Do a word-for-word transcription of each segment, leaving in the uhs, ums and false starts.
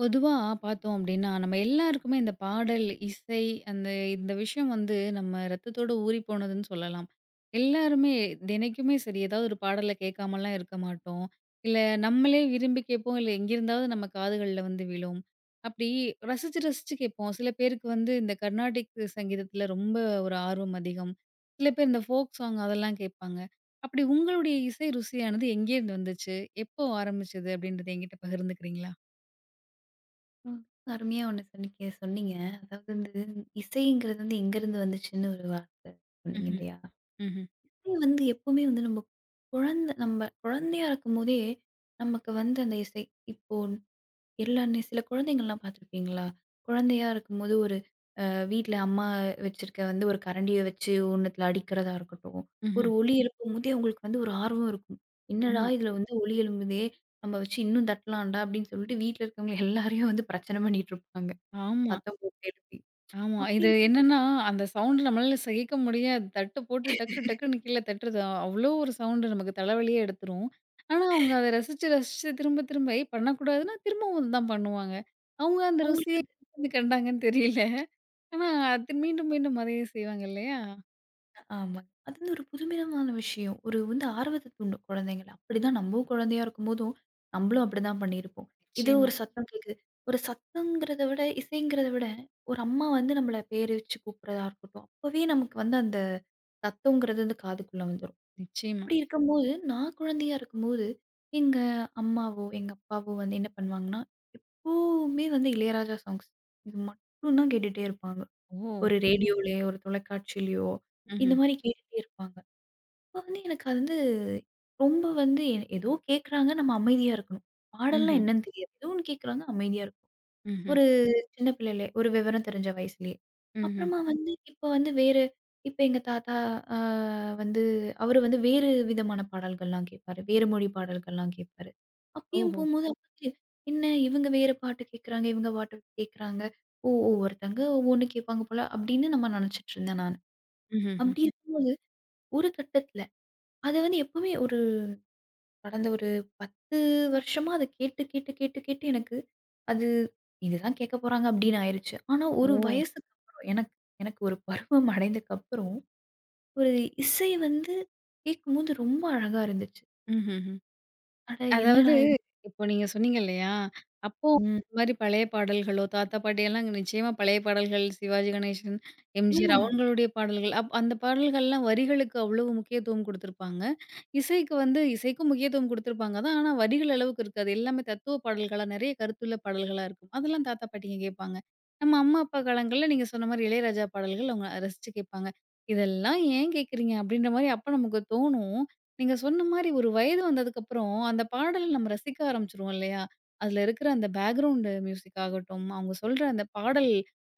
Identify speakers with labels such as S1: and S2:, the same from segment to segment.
S1: பொதுவா பார்த்தோம் அப்டின்னா, நம்ம எல்லாருக்குமே இந்த பாடல், இசை அந்த இந்த விஷயம் வந்து நம்ம ரத்தத்தோட ஊறி போனதுன்னு சொல்லலாம். எல்லாருமே தினைக்குமே சரி, ஏதாவது ஒரு பாடல கேட்காமலாம் இருக்க மாட்டோம். இல்ல நம்மளே விரும்பி கேட்போம். இல்ல எங்கிருந்தாவது நம்ம காதுகள்ல வந்து விழும். அப்டி ரசிச்சு, ரசிச்சு கேட்போம். சில பேருக்கு வந்து இந்த கர்நாடிக் சங்கீதத்துல ரொம்ப ஒரு ஆர்வம் அதிகம். சில பேர் இந்த ஃபோக் சாங் அதெல்லாம் கேட்பாங்க. அப்டி உங்களுடைய இசை ருசியானது எங்கேருந்து வந்துச்சு? எப்போ ஆரம்பிச்சது? அப்டின்றத என்கிட்ட பகிர்ந்துக்கிறீங்களா?
S2: ம். அருமையா ஒண்ணு சொன்னீங்க சொன்னீங்க. அதாவது வந்து இசைங்கிறது வந்து எங்கேருந்து வந்துச்சுன்னு ஒரு வார்த்தை சொன்னீங்க
S1: ம்ஹ்ம்,
S2: இல்லையா?
S1: ம்ஹ்ம்.
S2: இசை வந்து எப்பவுமே வந்து நம்ம குழந்தை நம்ம குழந்தையா இருக்கும்போதே, நமக்கு வந்து அந்த இசை இப்போ எல்லா நே சில குழந்தைங்கள்லாம் பார்த்துருப்பீங்களா? குழந்தையா இருக்கும்போது ஒரு அ வீட்ல அம்மா வச்சிருக்க வந்து ஒரு கரண்டிய வச்சு ஒண்ணுத்துல அடிக்கிறதா இருக்கட்டும், ஒரு
S1: ம்ஹ்ம்.
S2: ஒலி எழுப்பும்போதே அவங்களுக்கு வந்து ஒரு ஆர்வம் இருக்கும். "என்னடா
S1: ஆமா,
S2: இதுல வந்து ஒலி எழும்புதே! நம்ம வச்சு இன்னும் தட்டலாம்டா" அப்படின்னு சொல்லிட்டு வீட்ல இருக்கவங்க எல்லாரையும் வந்து பிரச்சனை பண்ணிட்டு இருப்பாங்க.
S1: ஆமா,
S2: சத்தம் போட்டு எழுப்பி.
S1: ஆமா.
S2: அப்படி
S1: இது
S2: இருக்கும்போது
S1: என்னன்னா, அந்த சவுண்ட் நம்மளால சகிக்க முடியாது. தட்டு போட்டு டக்கு டக்குன்னு கீழ தட்டுறது. அவ்ளோ ஒரு சவுண்டு நமக்கு தலைவலியே எடுத்துரும். ஆனா, அவங்க அத ரசிச்சு, ரசிச்சு திரும்ப திரும்ப ஏய் பண்ணக்கூடாதுன்னா, திரும்பவும் அதுதான் பண்ணுவாங்க. அவங்க அந்த ருசிய
S2: அவங்களுக்கு அது
S1: எங்கருந்து கண்டாங்கன்னு தெரியல. ஆனா, அது மீண்டும் மீண்டும் அதையே செய்வாங்க இல்லையா?
S2: ஆமா. அது வந்து ஒரு புதுவிதமான விஷயம். ஒரு வந்து ஆர்வத்த தூண்டும் குழந்தைங்கள. அப்படிதான் நம்மவும் குழந்தையா இருக்கும்போதும், நம்மளும் அப்படிதான் பண்ணியிருப்போம். இது
S1: நிச்சயமா,
S2: ஒரு சத்தம் கேட்குது. ஒரு சத்தம்ங்கிறத விட, இசைங்கிறத விட, ஒரு அம்மா வந்து நம்மள பேர் வச்சு கூப்பிடுறதா இருக்கட்டும், அப்பவே நமக்கு வந்து அந்த சத்தம்ங்கிறது வந்து காதுக்குள்ள வந்துரும்.
S1: நிச்சயமா.
S2: அப்படி இருக்கும்போது, நான் குழந்தையா இருக்கும்போது, எங்க அம்மாவோ, எங்க அப்பாவோ வந்து என்ன பண்ணுவாங்கன்னா, எப்பவுமே வந்து இளையராஜா சாங்ஸ். இது மட்டும் தான் கேட்டுட்டே இருப்பாங்க.
S1: ஓ!
S2: ஒரு ரேடியோலயோ, ஒரு தொலைக்காட்சியிலயோ இந்த
S1: ம்ஹ்ம்,
S2: மாரி கேட்டுட்டே இருப்பாங்க. அப்ப வந்து எனக்கு அது வந்து ரொம்ப வந்து எ- ஏதோ கேட்குறாங்க நம்ம அமைதியா இருக்கணும். பாடல்னா
S1: ம்ஹ்ம்,
S2: என்னன்னு தெரியாது. ஏதோ ஒண்ணு கேட்குறாங்க அமைதியா இருக்கணும்.
S1: ம்ஹ்ம்,
S2: ஒரு சின்ன பிள்ளையிலே, ஒரு விவரம் தெரிஞ்ச வயசுலயே.
S1: ம்ஹ்ம், ம்ஹ்ம்.
S2: அப்புறமா வந்து இப்ப வந்து வேறு இப்ப எங்க தாத்தா அ வந்து அவரு வந்து வேறு விதமான பாடல்கள்லாம் கேட்பாரு. வேறு மொழி பாடல்கள்லாம் கேட்பாரு. அப்பயும்
S1: ஓஹோ!
S2: போம்போது அப்ப என்ன இவங்க வேற பாட்டு கேட்குறாங்க, இவங்க பாட்டு கேட்குறாங்க. ஓ! ஒவ்வொருத்தங்க ஒவ்வொன்னு கேட்பாங்க போல அப்படின்னு நம்ம நினைச்சுட்டு இருந்தேன் நானு.
S1: ம்ஹ்ஹ்ம்.
S2: அப்படி இருக்கும்போது ஒரு கட்டத்தில அது வந்து எப்பவுமே ஒரு கடந்த ஒரு பத்து வருஷமா அத கேட்டு, கேட்டு, கேட்டு, கேட்டு எனக்கு அது இதுதான் கேட்க போறாங்க அப்படின்னு ஆயிருச்சு. ஆனா ஒரு
S1: ஓ!
S2: வயசுக்கு அப்புறம் எனக்கு எனக்கு ஒரு பருவம் அடைந்ததுக்கப்புறம், ஒரு இசை வந்து கேட்கும்போது ரொம்ப அழகா இருந்துச்சு.
S1: ம்ஹ்ஹ்ம்.
S2: அட
S1: அதாவது,
S2: என்னடா இது!
S1: இப்போ நீங்க சொன்னீங்க இல்லையா? அப்போ
S2: ம்.
S1: இந்த மாரி பழைய பாடல்களோ, தாத்தா பாட்டியெல்லாம் நிச்சயமா பழைய பாடல்கள், சிவாஜி கணேசன், எம்ஜிஆர்
S2: ஆமா.
S1: அவங்களுடைய பாடல்கள். அப் அந்த பாடல்கள்லாம் வரிகளுக்கு அவ்வளவு முக்கியத்துவம் குடுத்திருப்பாங்க. இசைக்கு வந்து இசைக்கும் முக்கியத்துவம் குடுத்திருப்பாங்க தான். ஆனா, வரிகள் அளவுக்கு இருக்காது. எல்லாமே தத்துவ பாடல்களா, நிறைய கருத்துள்ள பாடல்களா இருக்கும். அதெல்லாம் தாத்தா, பாட்டிங்க கேட்பாங்க. நம்ம அம்மா, அப்பா காலங்கள்ல நீங்க சொன்ன மாரி இளையராஜா பாடல்கள் அவங்க ரசிச்சு கேட்பாங்க. "இதெல்லாம் ஏன் கேட்கிறீங்க?" அப்படின்ற மாரி அப்ப நமக்கு தோணும். நீங்க சொன்ன மாரி ஒரு வயது வந்ததுக்கப்புறம், அந்த பாடல நம்ம ரசிக்க ஆரம்பிச்சுருவோம் இல்லையா? அதுல இருக்கிற அந்த பேக்கிரவுண்ட் மியூசிக் ஆகட்டும், அவங்க சொல்ற அந்த பாடல்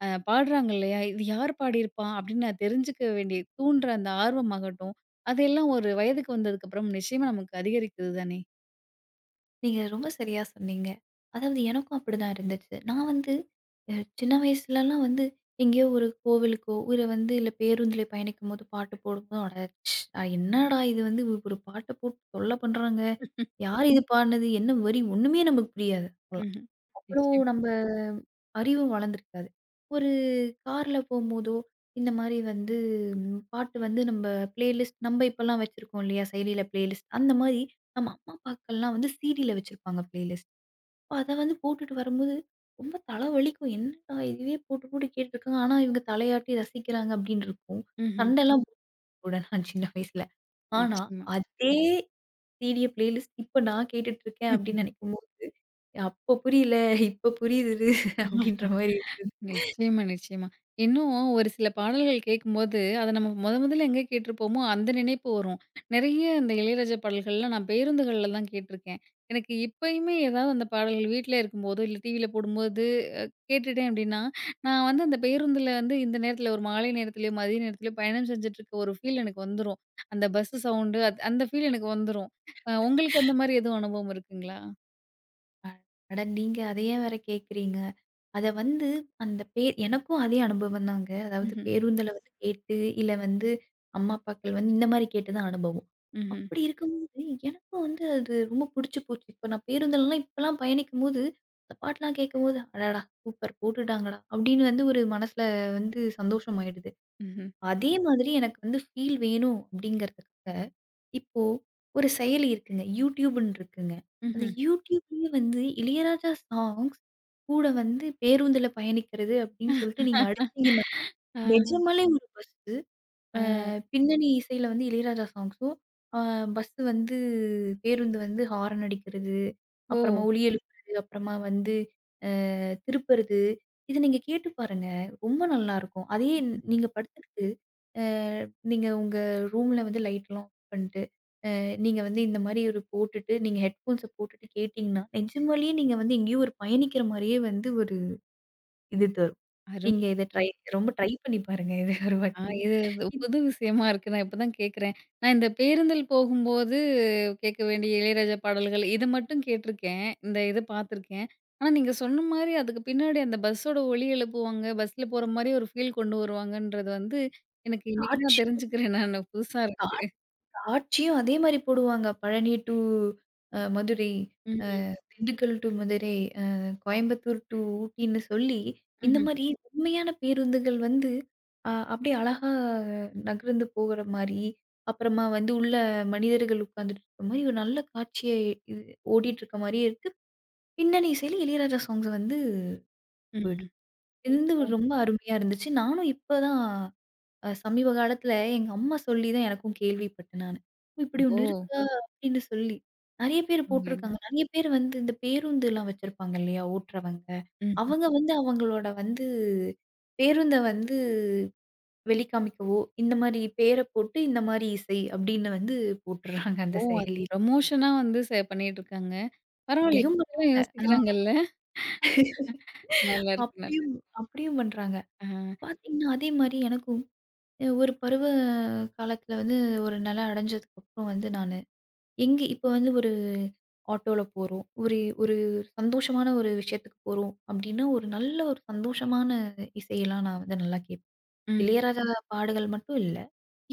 S1: அ பாடுறாங்க இல்லையா? "இது யார் பாடியிருப்பா?" அப்படின்னு நான் தெரிஞ்சுக்க வேண்டிய தூண்டுற அந்த ஆர்வமாகட்டும், அதெல்லாம் ஒரு வயதுக்கு வந்ததுக்கப்புறம் நிச்சயமா நமக்கு அதிகரிக்குது தானே?
S2: நீங்க ரொம்ப சரியா சொன்னீங்க. அதாவது எனக்கும் அப்படிதான் இருந்துச்சு. நான் வந்து அ சின்ன வயசுலலாம் வந்து எங்கேயோ ஒரு கோவிலுக்கோ, ஒரு வந்து இல்ல பேருந்துல பயணிக்கும்போது பாட்டு போடும்போது, அட ச் என்னடா இது வந்து ஒரு பாட்ட போட்டு தொல்ல பண்றாங்க. யார் இது பாடுனது? என்ன வரி? ஒண்ணுமே நமக்கு புரியாது.
S1: ம்ஹ்ம்.
S2: அவ்ளோ
S1: நிச்சயமா.
S2: நம்ப அறிவும் வளர்ந்திருக்காது. ஒரு கார்ல போம்போதோ, இந்த மாரி வந்து ம், பாட்டு வந்து நம்ப பிளேலிஸ்ட் நம்ப இப்பலாம் வச்சிருக்கோம் இல்லையா? செயலில பிளேலிஸ்ட். அந்த மாரி நம்ம அம்மா, அப்பாக்கள்லாம் வந்து சிடில வச்சிருப்பாங்க பிளேலிஸ்ட். அப்ப அத வந்து போட்டுட்டு வரும்போது ரொம்ப தலை வலிக்கும். என்னடா இதுவே போட்டு போட்டு கேட்டுருக்காங்க. ஆனா இவங்க தலையாட்டி ரசிக்கிறாங்க அப்படின்னு இருக்கும்.
S1: ம்ஹ்ம்.
S2: சண்டைலாம் ம். போட்டுடுவேன் நான் சின்ன வயசுல. ஆனா
S1: நிச்சயமா.
S2: அதே சிடிய பிளேலிஸ்ட் இப்ப நான் கேட்டுட்டு இருக்கேன் அப்படின்னு நினைக்கும் போது அப்போ புரியல. இப்ப புரியுது அப்படின்ற மாரி இருந்தது.
S1: நிச்சயமா, நிச்சயமா. இன்னும் ஒரு சில பாடல்கள் கேட்கும்போது, அத நம்ம மொத மொதல்ல எங்க கேட்டிருப்போமோ, அந்த நினைப்பு வரும். நெறைய இந்த இளையராஜா பாடல்கள்லாம் நான் பேருந்துகள்ல தான் கேட்டிருக்கேன். எனக்கு இப்பயுமே ஏதாவது அந்த பாடல்கள் வீட்ல இருக்கும்போதோ, இல்ல டிவில போடும்போது அ கேட்டுட்டேன் அப்டின்னா, நான் வந்து அந்த பேருந்துல வந்து இந்த நேரத்தில ஒரு மாலை நேரத்திலயோ, மதிய நேரத்திலயோ பயணம் செஞ்சுட்டு இருக்க ஒரு ஃபீல் எனக்கு வந்துரும். அந்த பஸ் சவுண்டு அத் அந்த ஃபீல் எனக்கு வந்துரும். அ உங்களுக்கு அந்த மாரி எதுவும் அனுபவம் இருக்குங்களா?
S2: அட நீங்க அத ஏன் வேற கேட்கிறீங்க? அத வந்து அந்த பே எனக்கும் அதே அனுபவம் தாங்க. அதாவது
S1: ம்ஹ்ம்.
S2: பேருந்துல வந்து கேட்டு, இல்ல வந்து அம்மா, அப்பாக்கள் வந்து இந்த மாரி கேட்டு தான் அனுபவம்.
S1: ம்ஹ்ம்.
S2: அப்படி இருக்கும்போது எனக்கும் வந்து அது ரொம்ப புடிச்சு போச்சு. இப்ப நான் பேருந்துலலாம் இப்பலாம் பயணிக்கும்போது, இந்த பாட்டுலாம் கேட்கும்போது, அடடா! சூப்பர் போட்டுட்டாங்கடா! அப்படின்னு வந்து ஒரு மனசுல வந்து சந்தோஷம் ஆயிடுது.
S1: ம்ஹ்ம்.
S2: அதே மாதிரி எனக்கு வந்து ஃபீல் வேணும் அப்படிங்கிறதுக்காக இப்போ ஒரு செயலி இருக்குங்க. YouTubeன்னு இருக்குங்க. அந்த
S1: ம்ஹ்ம்.
S2: YouTubeலயே வந்து இளையராஜா சாங்ஸ் கூட வந்து பேருந்துல பயணிக்கிறது அப்படின்னு சொல்லிட்டு நீங்க அடிச்சீங்கன்னா,
S1: ஆ.
S2: நிஜமாலே ஒரு பஸ்
S1: ஆ.
S2: பின்னணி இசையில வந்து இளையராஜா சாங்ஸும், அ பஸ் வந்து பேருந்து வந்து ஹாரன் அடிக்கிறது,
S1: ஓ!
S2: அப்புறமா ஒலி எழுப்புறது, அப்புறமா வந்து அ திருப்புறது. இத நீங்க கேட்டு பாருங்க. ரொம்ப நல்லாருக்கும். அதே நீங்க படுத்துக்கிட்டு, அ நீங்க உங்க ரூம்ல வந்து லைட்லாம் ஆஃப் பண்ட்டு, அ நீங்க வந்து இந்த மாரி ஒரு போட்டுட்டு, நீங்க ஹெட்ஃபோன்ஸ போட்டுட்டு கேட்டீங்கன்னா, நிஜமாலயே நீங்க வந்து எங்கேயோ ஒரு பயணிக்கிற மாரியே வந்து ஒரு இது தரும்.
S1: அரும்
S2: நீங்க இத ட்ரை ரொம்ப ட்ரை பண்ணி பாருங்க இத ஒரு
S1: ஆ
S2: வாட்டி.
S1: இது இது
S2: இது
S1: புது விஷயமா இருக்கு. நான் இப்ப தான் கேட்கிறேன். நான் இந்த பேருந்தில் போகும்போது கேட்க வேண்டிய இளையராஜா பாடல்கள் இத மட்டும் கேட்டுருக்கேன். இந்த இத பார்த்துருக்கேன். ஆனா நீங்க சொன்ன மாரி அதுக்கு பின்னாடி அந்த பஸ்ஸோட ஒலி எழுப்புவாங்க. பஸ்ல போற மாரி ஒரு ஃபீல் கொண்டு வருவாங்கன்றது வந்து எனக்கு இன்னைக்கு தான்
S2: காட்சி
S1: தெரிஞ்சுக்கிறேன் நானு. புதுசா இருக்கு.
S2: ஆட்சியும் அதே மாரி போடுவாங்க. பழனி டூ அ மதுரை,
S1: ம்.
S2: திண்டுக்கல் டூ மதுரை, அ கோயம்புத்தூர் டூ ஊட்டின்னு சொல்லி, இந்த
S1: ம்ஹ்ம்.
S2: மாரி உண்மையான பேருந்துகள் வந்து அ அப்படியே அழகா நகர்ந்து போகுற மாரி, அப்புறமா வந்து உள்ள மனிதர்கள் உட்கார்ந்துட்டு இருக்க மாரி ஒரு நல்ல காட்சிய இது ஓடிட்டு இருக்க மாரியே இருக்கு. பின்னணி இசையில இளையராஜா சாங்ஸ் வந்து போயிட்டு
S1: ம்ஹ்ம்.
S2: இருந்து
S1: இப்போ
S2: ரொம்ப அருமையா இருந்துச்சு. நானும் இப்ப தான் அ சமீப காலத்துல எங்க அம்மா சொல்லி தான் எனக்கும் கேள்விப்பட்டேன் நானு. ஓ! இப்படி
S1: ஓ!
S2: ஒண்ணு இருக்கா? அப்படின்னு சொல்லி. நெறைய பேர்
S1: உண்மையிலே.
S2: போட்டுருக்காங்க. நெறைய பேர் வந்து இந்த பேருந்துலாம் வச்சிருப்பாங்க இல்லையா? ஓட்டுறவங்க.
S1: ம்.
S2: அவங்க வந்து அவங்களோட வந்து பேருந்த வந்து வெளிக்காமிக்கவோ, இந்த மாரி பேர போட்டு இந்த மாரி இசை அப்படின்னு வந்து போட்டுறாங்க
S1: ஓ!
S2: அந்த
S1: அது
S2: செயலியில.
S1: ப்ரமோஷனா வந்து ச பண்ணிட்டு இருக்காங்க. பரவாயில்லையே!
S2: அப்படியும்
S1: இதெல்லாம்
S2: பண்றாங்க. ஆ.
S1: யோசிக்கிறாங்கல்ல. நல்லாருக்கு நல்லா.
S2: அப்படியும் அப்படியும் பண்றாங்க.
S1: ஆ.
S2: பார்த்தீங்கன்னா, அதே மாரி எனக்கும் அ ஒரு பருவ காலத்துல வந்து ஒரு நிலை அடைஞ்சதுக்கப்புறம் வந்து நானு எங்க இப்ப வந்து ஒரு ஆட்டோல போறோம். ஒரு ஒரு சந்தோஷமான ஒரு விஷயத்துக்கு போறோம் அப்டின்னா, ஒரு நல்ல ஒரு சந்தோஷமான இசையெல்லாம் நான் வந்து நல்லா கேட்பேன்.
S1: ம்.
S2: இளையராஜா பாடல்கள் மட்டும் இல்ல.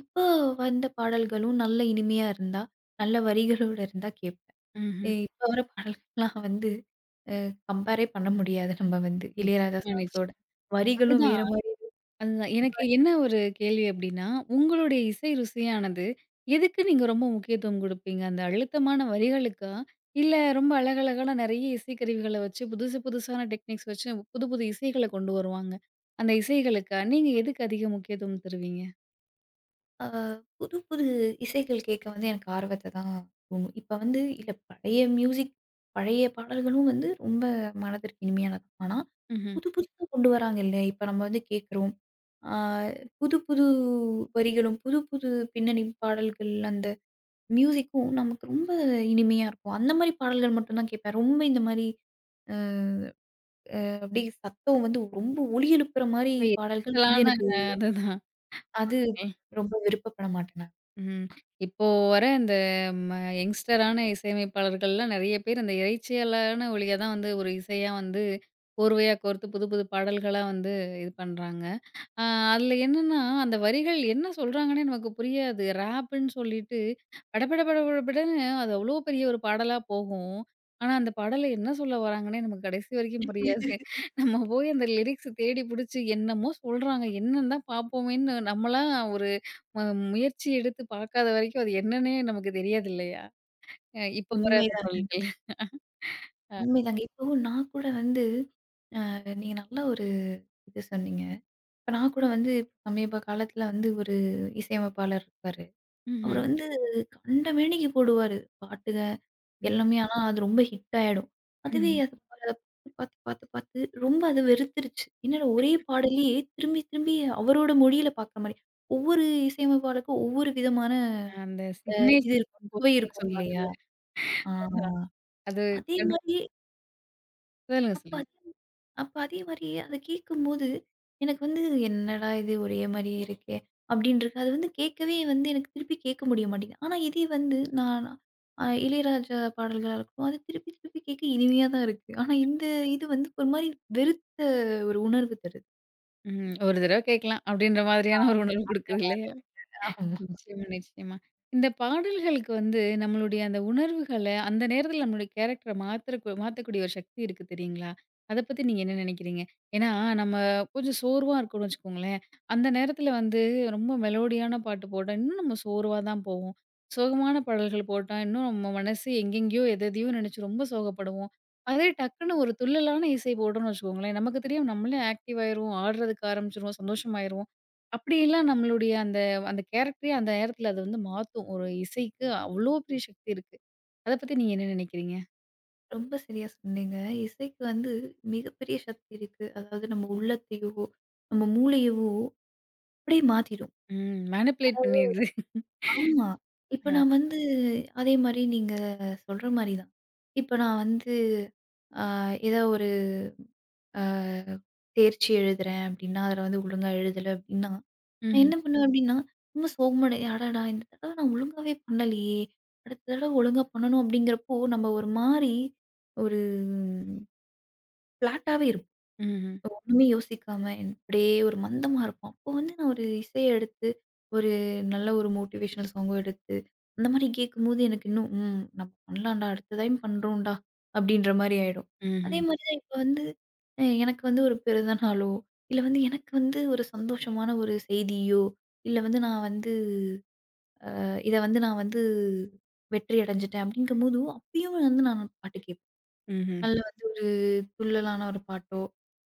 S2: இப்ப வந்த பாடல்களும் நல்ல இனிமையா இருந்தா, நல்ல வரிகளோட இருந்தா கேட்பேன்.
S1: ம்ஹ்ம்.
S2: எ இப்ப வர பாடல்கள்லாம் வந்து அ கம்பேரே பண்ண முடியாது நம்ம வந்து இளையராஜா
S1: நிச்சயமா,
S2: சாங்ஸோட.
S1: நிச்சயமா.
S2: வரிகளும் வேற
S1: அதுதான்,
S2: மாரி
S1: அதுதான். எனக்கு என்ன ஒரு கேள்வி அப்டின்னா, உங்களுடைய இசை ருசியானது, எதுக்கு நீங்க ரொம்ப முக்கியத்துவம் குடுப்பீங்க? அந்த அழுத்தமான வரிகளுக்கா? இல்ல ரொம்ப அழகழகான நெறைய இசைக்கருவிகள வச்சு, புதுசு புதுசான டெக்னிக்ஸ் வச்சு, புது புது இசைகள கொண்டு வருவாங்க. அந்த இசைகளுக்கா? நீங்க எதுக்கு அதிக முக்கியத்துவம் தருவீங்க?
S2: ஆ புது, புது இசைகள் கேட்க வந்து எனக்கு ஆர்வத்த தான் தூண்டும். இப்ப வந்து இல்ல பழைய மியூசிக் பழைய பாடல்களும் வந்து ரொம்ப மனதிற்கு இனிமையானது. ஆனா,
S1: ம்ஹ்ம்.
S2: புது புதுசா கொண்டு வராங்க இல்ல. இப்ப நம்ம வந்து கேட்கிறோம். ஆ புது புது வரிகளும், புது புது பின்னணி பாடல்கள் அந்த மியூசிக்கும் நமக்கு ரொம்ப இனிமையா இருக்கும். அந்த மாரி பாடல்கள் மட்டும் தான் கேட்பேன். ரொம்ப இந்த மாரி அ அப்படியே சத்தம் வந்து ரொம்ப ஒலி எழுப்புற மாரி
S1: ரொம்ப
S2: பாடல்கள் வந்து
S1: எரிச்சலான
S2: எனக்கு
S1: அதுதான்.
S2: அது ரொம்ப விருப்பப்பட மாட்டேன் நான்.
S1: ம். இப்போ வர இந்த ம யங்ஸ்டரான இசையமைப்பாளர்கள்லாம் நெறைய பேர் இந்த இரைச்சலான ஒலிய தான் வந்து ஒரு இசையா வந்து, கோர்வையா கோர்த்து புது புது பாடல்களா வந்து இது பண்றாங்க. ஆ அதில என்னன்னா, அந்த வரிகள் என்ன சொல்றாங்கன்னே நமக்கு புரியாது. ராப்புன்னு சொல்லிட்டு படபட படபடன்னு அது அவ்ளோ பெரிய ஒரு பாடலா போகும். ஆனா, அந்த பாடல்ல என்ன சொல்ல வராங்கன்னே நமக்கு கடைசி வரைக்கும் புரியாது. நம்ம போய் அந்த லிரிக்ஸ் தேடி புடிச்சு என்னமோ சொல்றாங்க. என்னன்னு தான் பார்ப்போமேன்னு நம்மளா ஒரு ம முயற்சி எடுத்து பார்க்காத வரைக்கும் அது என்னன்னே நமக்கு தெரியாது இல்லையா? அ இப்ப வர
S2: உண்மை.
S1: அந்த பாடல்கள். அ
S2: உண்மைதாங்க. இப்போ நான் கூட வந்து அ நீங்க நல்ல ஒரு இது சொன்னீங்க. இப்ப நான் கூட வந்து சமீப காலத்துல வந்து ஒரு இசையமைப்பாளர் இருக்காரு. அவரு
S1: ம்ஹ்ம்.
S2: வந்து கண்டமேனிக்கு போடுவாரு பாட்டுக எல்லாமே. ஆனா அது ரொம்ப ஹிட் ஆயிடும். அதுவே அது பாத்து, பாத்து, பாத்து ரொம்ப அது வெறுத்துருச்சு. என்னடா ஒரே பாடலையே திரும்பி, திரும்பி அவரோட மொழியில பாக்குற மாரி. ஒவ்வொரு இசையமைப்பாளருக்கும் ஒவ்வொரு விதமான
S1: அந்த
S2: அ இது
S1: சிக்னேச்சர்
S2: இருக்கும். சுவை
S1: கம்போஸிங்ன்னு
S2: இருக்கும் இல்லையா?
S1: சொல்லுவாங்கல்ல.
S2: ஆ
S1: அது
S2: அதே
S1: கண்டு
S2: மாரியே
S1: சொல்லுங்க,
S2: அப்ப
S1: சொல்லுங்க.
S2: அப்ப அதே மாரி அத கேட்கும்போது, எனக்கு வந்து என்னடா இது ஒரே மாரியே இருக்கே! அப்படின்னு இருக்கு. அது வந்து கேட்கவே வந்து எனக்கு திருப்பி கேட்க முடிய மாட்டேங்குது. ஆனா இதே வந்து நான் அ இளையராஜா பாடல்களா இருக்கட்டும், அது திருப்பி திருப்பி கேட்க இனிமையா தான் இருக்கு. ஆனா இந்த இது வந்து ஒரு மாரி வெறுத்த ஒரு உணர்வு தருது.
S1: ம். ஒரு தடவ கேட்கலாம். அப்படின்ற
S2: ஆ,
S1: மாதிரியான ஒரு உணர்வு
S2: அந்த
S1: குடுக்குது
S2: மாரி
S1: இல்லையா?
S2: இருக்கு. ஆமா.
S1: நிச்சயமா, நிச்சயமா. இந்த பாடல்களுக்கு வந்து நம்மளுடைய அந்த உணர்வுகள, அந்த நேரத்துல நம்மளுடைய கேரக்டர மாத்துறக்கு மாத்தக்கூடிய ஒரு சக்தி இருக்கு தெரியுங்களா? அத பத்தி நீங்க என்ன நினைக்கிறீங்க? ஏன்னா, நம்ம கொஞ்சம் சோர்வா இருக்கோம்னு வச்சுக்கோங்களேன், அந்த நேரத்துல வந்து ரொம்ப மெலோடியான பாட்டு போட்டா, இன்னும் நம்ம சோர்வா தான் போவோம். சோகமான பாடல்கள் போட்டா, இன்னும் நம்ம மனசு எங்கெங்கேயோ எதெதையோ நினைச்சு ரொம்ப சோகப்படுவோம். அதே டக்குன்னு ஒரு துள்ளலான இசை போட்டோம்னு வச்சுக்கோங்களேன், நமக்கு தெரியாம நம்மளே ஆக்டிவ் ஆயிருவோம், ஆடுறதுக்கு ஆரம்பிச்சுருவோம், சந்தோஷமாயிருவோம். அப்படியெல்லாம் நம்மளுடைய அந்த கேரக்டரே அந்த நேரத்துல அது வந்து மாத்தும். ஒரு இசைக்கு அவ்ளோ பெரிய சக்தி இருக்கு. அத பத்தி நீங்க என்ன நினைக்கிறீங்க?
S2: ரொம்ப சரியா சொன்னீங்க. இசைக்கு வந்து மிகப்பெரிய சக்தி இருக்கு. அதாவது நம்ம உள்ளத்தையோ, நம்ம மூளையவோ அப்படியே மாத்திடும்.
S1: ம். மேனிபுலேட் பண்ணிருது.
S2: ஆமா. இப்ப
S1: அ.
S2: நான் வந்து அதே மாரி நீங்க சொல்ற மாரி தான். இப்ப நான் வந்து அ ஏதோ ஒரு அ தேர்ச்சி எழுதுறேன் அப்டின்னா, அதுல வந்து ஒழுங்கா எழுதல அப்டின்னா, நான்
S1: ம்ஹ்ம்.
S2: என்ன பண்ணுவேன் ம். அப்டின்னா, ரொம்ப சோகமடை அடடா! இந்த தடவ நான் ஒழுங்காவே பண்ணலையே! அடுத்த தடவ ஒழுங்கா பண்ணணும் அப்டிங்கிறப்போ, நம்ம ஒரு மாரி ஒரு ஃப்ளாட்டாவே இருப்போம்.
S1: ம்ஹ்ம்.
S2: ஒண்ணுமே யோசிக்காம அப்படியே ஒரு மந்தமா இருப்போம். அப்போ வந்து நான் ஒரு இசைய எடுத்து, ஒரு நல்ல ஒரு மோட்டிவேஷனல் சாங்கும் எடுத்து, அந்த மாரி கேட்கும்போது எனக்கு இன்னும் ம் நம்ம பண்ணலாம்டா, அடுத்த டைம் பண்றோம்டா அப்படின்ற மாரி ஆயிடும். அதே
S1: ம்ஹ்ம்.
S2: மாரி தான் இப்ப வந்து அ எனக்கு வந்து ஒரு பிறந்த நாளோ, இல்ல வந்து எனக்கு வந்து ஒரு சந்தோஷமான ஒரு செய்தியோ, இல்ல வந்து நான் வந்து இத வந்து நான் வந்து வெற்றி அடைஞ்சுட்டேன் அப்படிங்கும்போது, அப்பயும் வந்து நான் பாட்டு கேட்பேன்.
S1: ம்ஹ்ம்.
S2: நல்ல வந்து ஒரு துள்ளலான ஒரு பாட்டோ,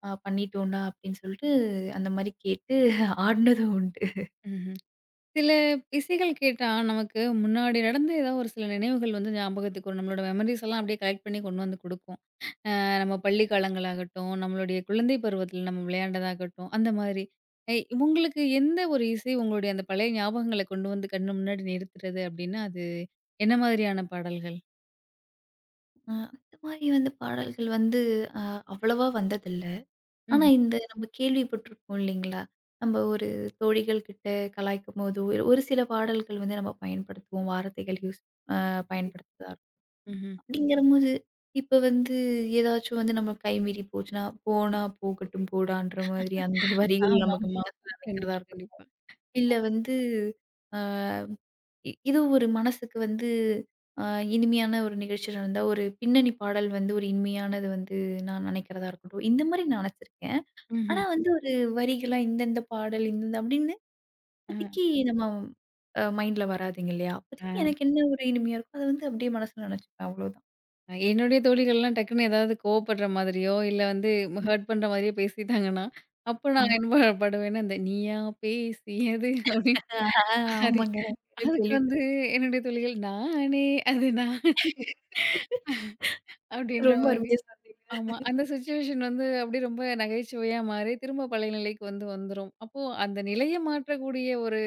S2: அ பண்ணிட்டோம்டா அப்படின்னு சொல்லிட்டு அந்த மாரி கேட்டு ஆடுனதும் உண்டு.
S1: ம்ஹ்ம். சில இசைகள் கேட்டா நமக்கு முன்னாடி நடந்த ஏதாவது ஒரு சில நினைவுகள் வந்து ஞாபகத்துக்கு வரும். நம்மளோட மெமரீஸ் எல்லாம் அப்படியே கலெக்ட் பண்ணி கொண்டு வந்து குடுக்கும். அ நம்ம பள்ளி காலங்களாகட்டும், நம்மளுடைய குழந்தை பருவத்துல நம்ம விளையாண்டதாகட்டும், அந்த மாதிரி. எ உங்களுக்கு எந்த ஒரு இசை உங்களுடைய அந்த பழைய ஞாபகங்கள கொண்டு வந்து கண்ணு முன்னாடி நிறுத்துறது அப்படின்னா, அது என்ன மாதிரியான பாடல்கள்?
S2: அ அந்த மாரி வந்து பாடல்கள் வந்து அ அவ்வளவா வந்ததில்ல. ஆனா
S1: ம்ஹ்ம்,
S2: இந்த நம்ம கேள்விப்பட்டுருப்போம் இல்லைங்களா? நம்ம ஒரு தோழிகள் கிட்ட கலாய்க்கும்போதோ, ஒரு ஒரு சில பாடல்கள் வந்து நம்ம பயன்படுத்துவோம். வார்த்தைகள் யூஸ் அ பயன்படுத்துறதா இருக்கும்.
S1: ம்ஹ்ம்.
S2: அப்படிங்கிறபோது இப்ப வந்து ஏதாச்சும் வந்து நம்ம கைமீறி போச்சுன்னா, "போனா போகட்டும் போடான்ற" மாதிரி அந்த வரிகள் நமக்கு
S1: ஆமாமா.
S2: மனசுல நிக்கிறதா
S1: கண்டிப்பா,
S2: இருக்கும்.
S1: கண்டிப்பா.
S2: இல்ல வந்து அ இ இது ஒரு மனசுக்கு வந்து அ இனிமையான ஒரு நிகழ்ச்சி நடந்தா, ஒரு பின்னணி பாடல் வந்து ஒரு இனிமையானது வந்து நான் நினைக்கிறதா இருக்கட்டும். இந்த மாரி நான் நினச்சிருக்கேன். ஆனா
S1: ம்ஹ்ம்.
S2: வந்து ஒரு வரிகளா இந்தந்த பாடல், இந்தந்த அப்படின்னு
S1: அ
S2: இப்போதைக்கு நம்ம அ மைண்ட்ல வராதுங்க இல்லையா? அப்போதைக்கு எனக்கு என்ன ஒரு இனிமையா இருக்கோ, அத வந்து அப்படியே மனசுல நினச்சுப்பேன் அவ்வளோதான்.
S1: அ என்னுடைய தோழிகள்லாம் டக்குன்னு ஏதாவது கோவப்படுற மாதிரியோ, இல்ல வந்து ஹர்ட் பண்ற மாதிரியோ பேசிட்டாங்கன்னா, அப்ப நான்
S2: ம்.
S1: என்ன பாடுவேன்னா, இந்த "நீயா பேசியது" அப்படின்னு
S2: ஆ
S1: அது
S2: ஆமாங்க. நானும்
S1: அதுக்கு வந்து
S2: கேள்விப்பட்டுருக்கேன்.
S1: என்னுடைய தோழிகள் "நானே அது நான்" அப்படின்ற
S2: ரொம்ப
S1: மாரி.
S2: அருமையா சொன்னீங்க.
S1: ஆமா. அந்த சிச்சுவேஷன் வந்து அப்படியே ரொம்ப நகைச்சுவையா மாறி திரும்ப பழைய நிலைக்கு வந்து வந்துரும். அப்போ அந்த நிலைய மாற்றக்கூடிய ஒரு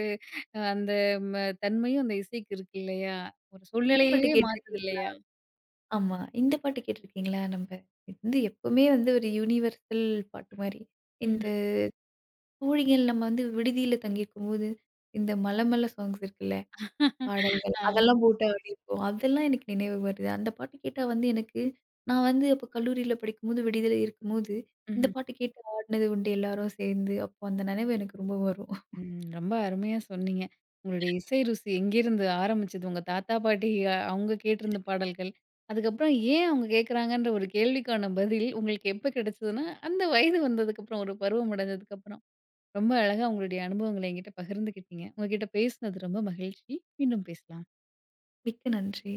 S1: அந்த ம தன்மையும் அந்த இசைக்கு இருக்கு இல்லையா? ஒரு
S2: இந்த பாட்டு
S1: சூழ்நிலையவே மாத்துது
S2: கேட்டிருக்கீங்களா?
S1: இல்லையா?
S2: ஆமா. இந்த பாட்டு கேட்டிருக்கீங்களா? நம்ப இது வந்து எப்பவுமே வந்து ஒரு யுனிவர்சல் பாட்டு மாரி. இந்த
S1: ம்.
S2: தோழிகள் நம்ம வந்து விடுதியில தங்கியிருக்கும்போது, இந்த மல மல சாங்ஸ் இருக்குல்ல, பாடல்கள்.
S1: ஆ.
S2: அதெல்லாம் போட்டு ஆடியிருப்போம். அதெல்லாம் எனக்கு நினைவு வருது. அந்த பாட்டு கேட்டா வந்து எனக்கு நான் வந்து அப்ப கல்லூரியில படிக்கும்போது, விடுதியில இருக்கும்போது, இந்த
S1: ம்ஹ்ம்.
S2: பாட்டு கேட்டு ஆடுனது உண்டு எல்லாரும் சேர்ந்து. அப்போ அந்த நினைவு எனக்கு ரொம்ப வரும்.
S1: ம். ரொம்ப அருமையா சொன்னீங்க. உங்களுடைய இசை ருசி எங்கேருந்து ஆரம்பிச்சது? உங்க தாத்தா, பாட்டி அ அவங்க கேட்டிருந்த பாடல்கள். அதுக்கப்புறம் ஏன் அவங்க கேட்குறாங்கன்ற ஒரு கேள்விக்கான பதில் உங்களுக்கு எப்ப கிடைச்சதுன்னா, அந்த வயது வந்ததுக்கப்புறம், ஒரு பருவம் அடைஞ்சதுக்கப்புறம். ரொம்ப அழகா உங்களுடைய அனுபவங்கள என்கிட்ட பகிர்ந்துக்கிட்டீங்க. உங்ககிட்ட பேசினது ரொம்ப மகிழ்ச்சி. மீண்டும் பேசலாம்.
S2: மிக்க நன்றி.